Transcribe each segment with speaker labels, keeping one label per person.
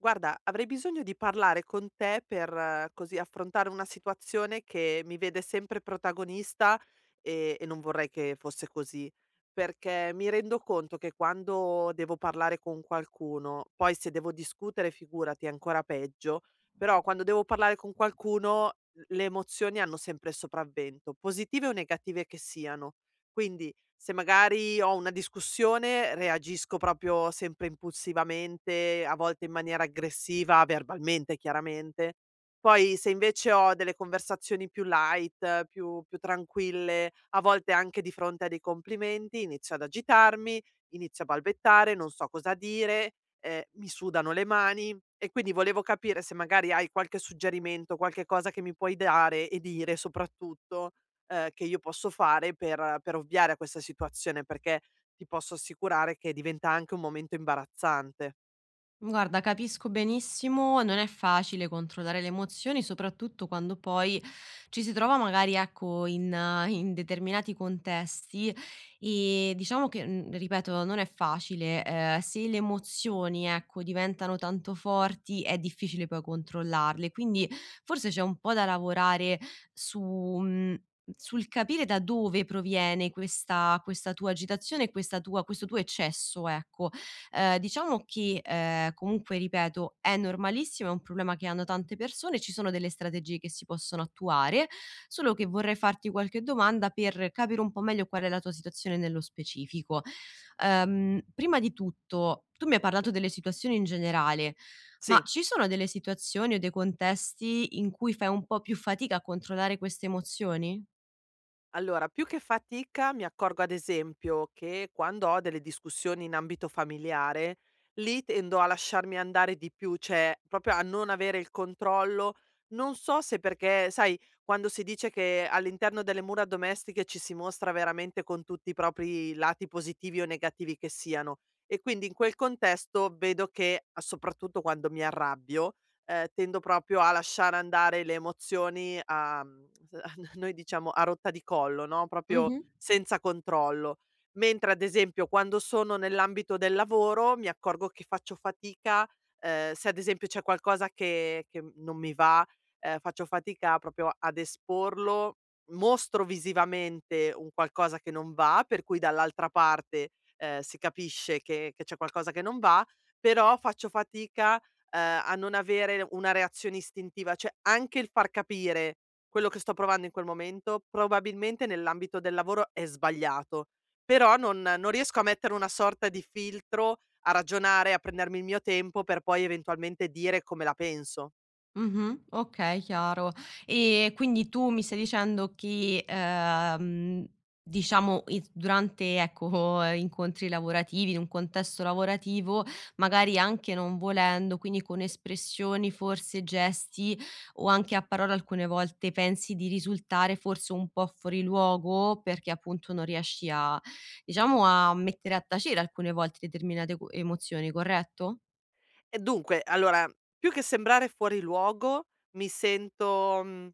Speaker 1: Guarda, avrei bisogno di parlare con te per così affrontare una situazione che mi vede sempre protagonista e non vorrei che fosse così, perché mi rendo conto che quando devo parlare con qualcuno, poi se devo discutere, figurati, è ancora peggio, però quando devo parlare con qualcuno le emozioni hanno sempre il sopravvento, positive o negative che siano. Quindi se magari ho una discussione reagisco proprio sempre impulsivamente, a volte in maniera aggressiva, verbalmente chiaramente. Poi se invece ho delle conversazioni più light, più tranquille, a volte anche di fronte a dei complimenti, inizio ad agitarmi, inizio a balbettare, non so cosa dire, mi sudano le mani e quindi volevo capire se magari hai qualche suggerimento, qualche cosa che mi puoi dare e dire soprattutto che io posso fare per ovviare a questa situazione, perché ti posso assicurare che diventa anche un momento imbarazzante.
Speaker 2: Guarda, capisco benissimo, non è facile controllare le emozioni, soprattutto quando poi ci si trova magari, ecco, in determinati contesti e diciamo che, ripeto, non è facile. Se le emozioni, ecco, diventano tanto forti, è difficile poi controllarle, quindi forse c'è un po' da lavorare su... mm, sul capire da dove proviene questa tua agitazione, e questo tuo eccesso, ecco. Diciamo che, comunque ripeto, è normalissimo, è un problema che hanno tante persone, ci sono delle strategie che si possono attuare, solo che vorrei farti qualche domanda per capire un po' meglio qual è la tua situazione nello specifico. Prima di tutto, tu mi hai parlato delle situazioni in generale,
Speaker 1: Sì.
Speaker 2: ma ci sono delle situazioni o dei contesti in cui fai un po' più fatica a controllare queste emozioni?
Speaker 1: Allora, più che fatica mi accorgo ad esempio che quando ho delle discussioni in ambito familiare, lì tendo a lasciarmi andare di più, cioè proprio a non avere il controllo. Non so se perché, sai, quando si dice che all'interno delle mura domestiche ci si mostra veramente con tutti i propri lati positivi o negativi che siano. E quindi in quel contesto vedo che, soprattutto quando mi arrabbio, tendo proprio a lasciare andare le emozioni a noi diciamo a rotta di collo, no, proprio
Speaker 2: Mh-mh.
Speaker 1: senza controllo. Mentre ad esempio quando sono nell'ambito del lavoro mi accorgo che faccio fatica, se ad esempio c'è qualcosa che non mi va, faccio fatica proprio ad esporlo, mostro visivamente un qualcosa che non va, per cui dall'altra parte, si capisce che c'è qualcosa che non va, però faccio fatica a non avere una reazione istintiva, cioè anche il far capire quello che sto provando in quel momento, probabilmente nell'ambito del lavoro è sbagliato, però non riesco a mettere una sorta di filtro, a ragionare, a prendermi il mio tempo per poi eventualmente dire come la penso.
Speaker 2: Mh-mh. Okay, chiaro. E quindi tu mi stai dicendo che, diciamo ecco, incontri lavorativi, in un contesto lavorativo, magari anche non volendo, quindi con espressioni, forse gesti o anche a parole alcune volte pensi di risultare forse un po' fuori luogo perché appunto non riesci a diciamo a mettere a tacere alcune volte determinate co emozioni, corretto?
Speaker 1: E dunque, allora, più che sembrare fuori luogo, mi sento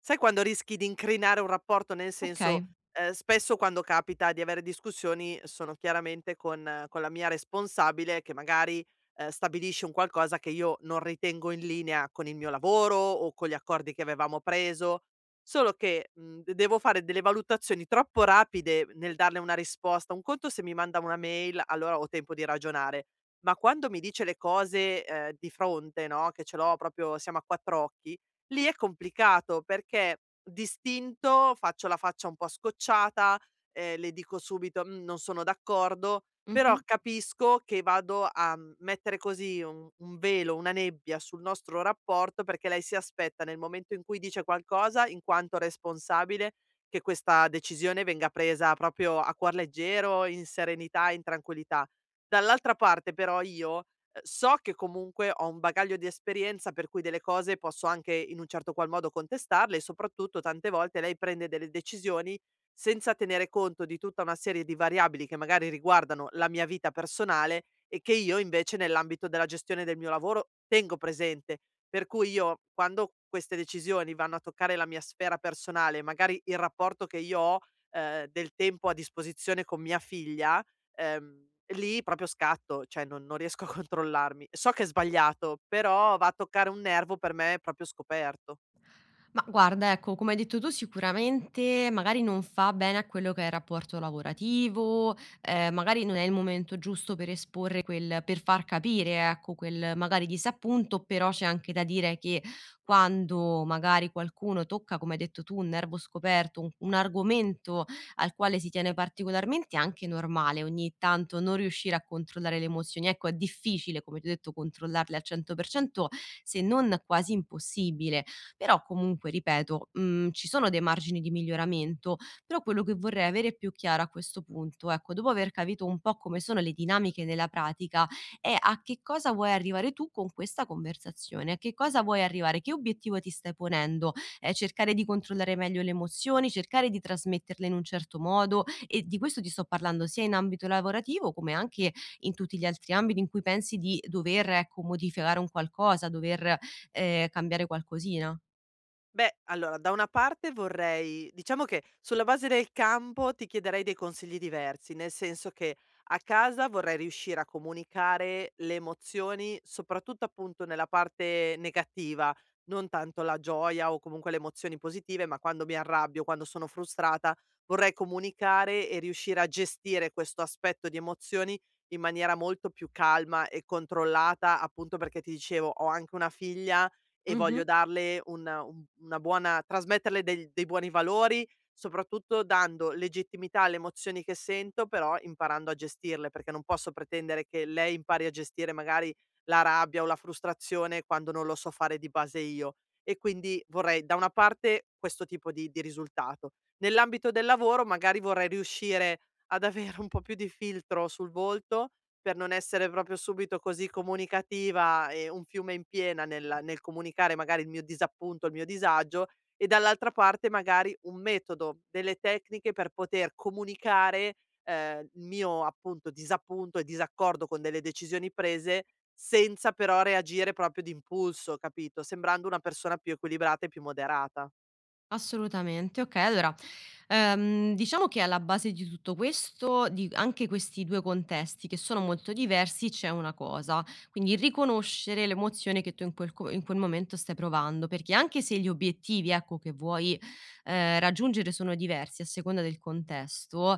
Speaker 1: sai quando rischi di incrinare un rapporto, nel senso,
Speaker 2: Okay.
Speaker 1: spesso quando capita di avere discussioni sono chiaramente con la mia responsabile che magari, stabilisce un qualcosa che io non ritengo in linea con il mio lavoro o con gli accordi che avevamo preso, solo che, mhmm, d devo fare delle valutazioni troppo rapide nel darle una risposta. Un conto se mi manda una mail, allora ho tempo di ragionare. Ma quando mi dice le cose, di fronte, no, che ce l'ho proprio siamo a 4 occhi, lì è complicato perché d'istinto faccio la faccia un po' scocciata, le dico subito: "Mhmm, non sono d'accordo", però
Speaker 2: Mh-mh.
Speaker 1: capisco che vado a, mettere così un velo, una nebbia sul nostro rapporto perché lei si aspetta, nel momento in cui dice qualcosa, in quanto responsabile, che questa decisione venga presa proprio a cuor leggero, in serenità, in tranquillità. Dall'altra parte però io, so che comunque ho un bagaglio di esperienza per cui delle cose posso anche in un certo qual modo contestarle e soprattutto tante volte lei prende delle decisioni senza tenere conto di tutta una serie di variabili che magari riguardano la mia vita personale e che io invece nell'ambito della gestione del mio lavoro tengo presente. Per cui io quando queste decisioni vanno a toccare la mia sfera personale, magari il rapporto che io ho, del tempo a disposizione con mia figlia, ehm, lì proprio scatto, cioè non riesco a controllarmi. So che è sbagliato, però va a toccare un nervo per me proprio scoperto.
Speaker 2: Ma guarda, ecco, come hai detto tu, sicuramente magari non fa bene a quello che è il rapporto lavorativo, magari non è il momento giusto per esporre quel per far capire, ecco, quel magari disappunto, però c'è anche da dire che quando magari qualcuno tocca, come hai detto tu, un nervo scoperto, un argomento al quale si tiene particolarmente, è anche normale ogni tanto non riuscire a controllare le emozioni. Ecco, è difficile, come ti ho detto, controllarle al 100% se non quasi impossibile, però comunque ripeto, ci sono dei margini di miglioramento, però quello che vorrei avere più chiaro a questo punto, ecco, dopo aver capito un po' come sono le dinamiche nella pratica, è a che cosa vuoi arrivare tu con questa conversazione, a che cosa vuoi arrivare, che obiettivo ti stai ponendo? Cercare di controllare meglio le emozioni, cercare di trasmetterle in un certo modo, e di questo ti sto parlando sia in ambito lavorativo come anche in tutti gli altri ambiti in cui pensi di dover, ecco, modificare un qualcosa, cambiare qualcosina.
Speaker 1: Beh, allora da una parte vorrei diciamo che sulla base del campo ti chiederei dei consigli diversi, nel senso che a casa vorrei riuscire a comunicare le emozioni, soprattutto appunto nella parte negativa, non tanto la gioia o comunque le emozioni positive, ma quando mi arrabbio, quando sono frustrata, vorrei comunicare e riuscire a gestire questo aspetto di emozioni in maniera molto più calma e controllata, appunto perché ti dicevo, ho anche una figlia e voglio
Speaker 2: Mh-mh.
Speaker 1: darle una un una buona trasmetterle del dei buoni valori, soprattutto dando legittimità alle emozioni che sento, però imparando a gestirle, perché non posso pretendere che lei impari a gestire magari la rabbia o la frustrazione quando non lo so fare di base io. E quindi vorrei da una parte questo tipo di risultato. Nell'ambito del lavoro magari vorrei riuscire ad avere un po' più di filtro sul volto per non essere proprio subito così comunicativa e un fiume in piena nel comunicare magari il mio disappunto, il mio disagio e dall'altra parte magari un metodo, delle tecniche per poter comunicare, il mio appunto disappunto e disaccordo con delle decisioni prese, senza però reagire proprio d'impulso, capito, sembrando una persona più equilibrata e più moderata.
Speaker 2: Assolutamente. Okay, allora, diciamo che alla base di tutto questo, di anche questi 2 contesti che sono molto diversi, c'è una cosa, quindi riconoscere l'emozione che tu in quel co in quel momento stai provando, perché anche se gli obiettivi, ecco, che vuoi, raggiungere sono diversi a seconda del contesto,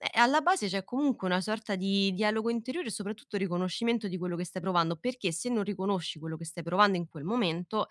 Speaker 2: alla base c'è comunque una sorta di dialogo interiore e soprattutto riconoscimento di quello che stai provando, perché se non riconosci quello che stai provando in quel momento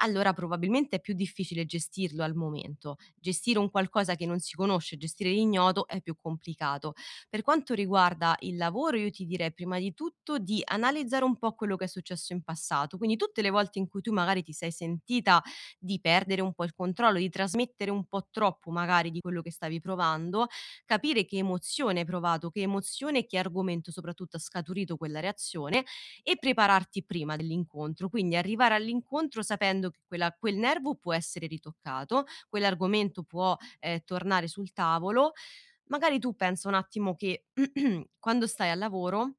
Speaker 2: allora probabilmente è più difficile gestirlo al momento. Gestire un qualcosa che non si conosce, gestire l'ignoto è più complicato. Per quanto riguarda il lavoro, io ti direi prima di tutto di analizzare un po' quello che è successo in passato, quindi tutte le volte in cui tu magari ti sei sentita di perdere un po' il controllo, di trasmettere un po' troppo magari di quello che stavi provando, capire che emozione hai provato, che emozione e che argomento soprattutto ha scaturito quella reazione e prepararti prima dell'incontro, quindi arrivare all'incontro sapendo che quel nervo può essere ritoccato, quell'argomento può, tornare sul tavolo. Magari tu pensa un attimo che quando stai al lavoro,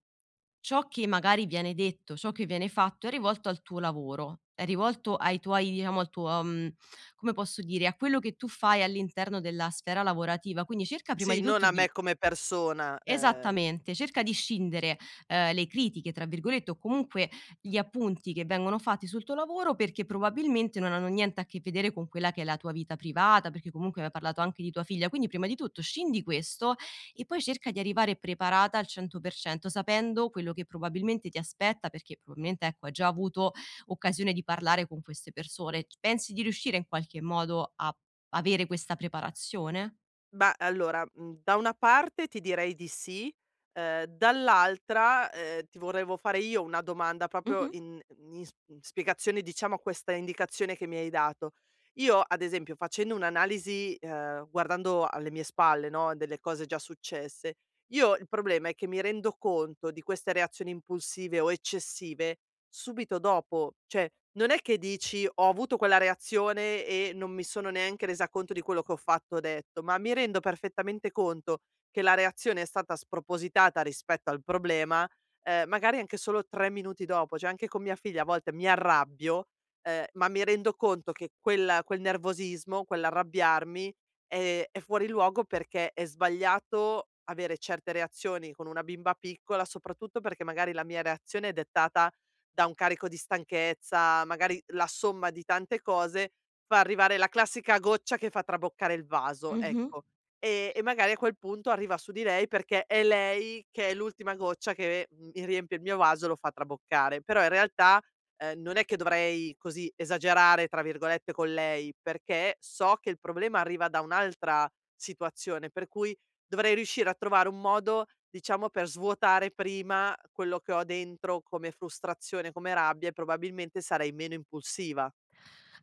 Speaker 2: ciò che magari viene detto, ciò che viene fatto è rivolto al tuo lavoro, è rivolto ai tuoi diciamo al tuo come posso dire, a quello che tu fai all'interno della sfera lavorativa, quindi cerca prima
Speaker 1: Sì,
Speaker 2: di
Speaker 1: non
Speaker 2: tutto
Speaker 1: a me
Speaker 2: di...
Speaker 1: come persona,
Speaker 2: Esattamente, cerca di scindere, le "critiche" tra virgolette o comunque gli appunti che vengono fatti sul tuo lavoro, perché probabilmente non hanno niente a che vedere con quella che è la tua vita privata, perché comunque mi hai parlato anche di tua figlia. Quindi prima di tutto scendi questo e poi cerca di arrivare preparata al 100%, sapendo quello che probabilmente ti aspetta, perché probabilmente, ecco, hai già avuto occasione di parlare con queste persone. C Pensi di riuscire in qualche modo a avere questa preparazione?
Speaker 1: Ma allora, da una parte ti direi di sì, dall'altra, ti volevo fare io una domanda proprio
Speaker 2: Mh-mh.
Speaker 1: in mhmm, in s in spiegazione, diciamo, a questa indicazione che mi hai dato. Io, ad esempio, facendo un'analisi, guardando alle mie spalle, no, delle cose già successe, io il problema è che mi rendo conto di queste reazioni impulsive o eccessive subito dopo, cioè non è che dici: "Ho avuto quella reazione e non mi sono neanche resa conto di quello che ho fatto o detto", ma mi rendo perfettamente conto che la reazione è stata spropositata rispetto al problema, magari anche solo 3 minuti dopo. Cioè anche con mia figlia a volte mi arrabbio, ma mi rendo conto che quel nervosismo, quell'arrabbiarmi è fuori luogo perché è sbagliato avere certe reazioni con una bimba piccola, soprattutto perché magari la mia reazione è dettata da un carico di stanchezza, magari la somma di tante cose fa arrivare la classica goccia che fa traboccare il vaso,
Speaker 2: Mh-mh.
Speaker 1: ecco. E magari a quel punto arriva su di lei perché è lei che è l'ultima goccia che mi riempie il mio vaso e lo fa traboccare. Però in realtà, non è che dovrei così "esagerare" tra virgolette con lei, perché so che il problema arriva da un'altra situazione, per cui dovrei riuscire a trovare un modo, diciamo, per svuotare prima quello che ho dentro come frustrazione, come rabbia e probabilmente sarei meno impulsiva.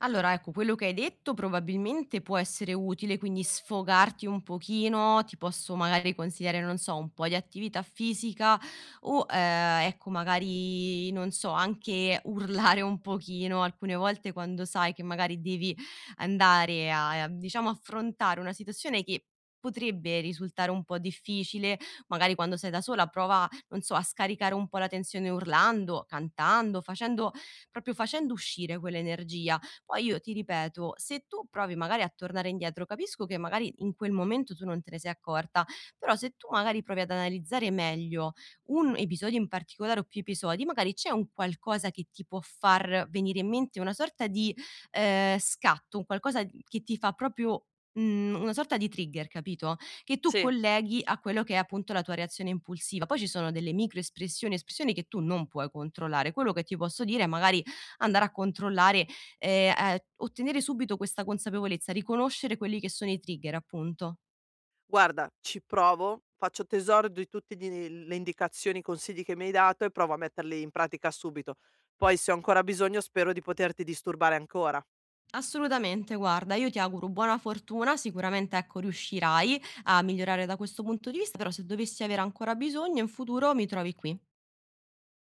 Speaker 2: Allora, ecco, quello che hai detto probabilmente può essere utile, quindi sfogarti un pochino, ti posso magari consigliare, non so, un po' di attività fisica o, ecco, magari, non so, anche urlare un pochino. Alcune volte quando sai che magari devi andare diciamo, affrontare una situazione che potrebbe risultare un po' difficile, magari quando sei da sola, prova, non so, a scaricare un po' la tensione urlando, cantando, proprio facendo uscire quell'energia. Poi io ti ripeto, se tu provi magari a tornare indietro, capisco che magari in quel momento tu non te ne sei accorta, però se tu magari provi ad analizzare meglio un episodio in particolare o più episodi, magari c'è un qualcosa che ti può far venire in mente una sorta di, scatto, un qualcosa d che ti fa proprio una sorta di trigger, capito, che tu
Speaker 1: Sì,
Speaker 2: colleghi a quello che è appunto la tua reazione impulsiva. Poi ci sono delle micro espressioni, espressioni che tu non puoi controllare. Quello che ti posso dire è magari andare a controllare, ottenere subito questa consapevolezza, riconoscere quelli che sono i trigger appunto.
Speaker 1: guarda, ci provo, faccio tesoro di tutte le indicazioni, i consigli che mi hai dato e provo a metterli in pratica subito. Poi, se ho ancora bisogno, spero di poterti disturbare ancora.
Speaker 2: Assolutamente, guarda, io ti auguro buona fortuna, sicuramente ecco riuscirai a migliorare da questo punto di vista, però se dovessi avere ancora bisogno in futuro mi trovi qui.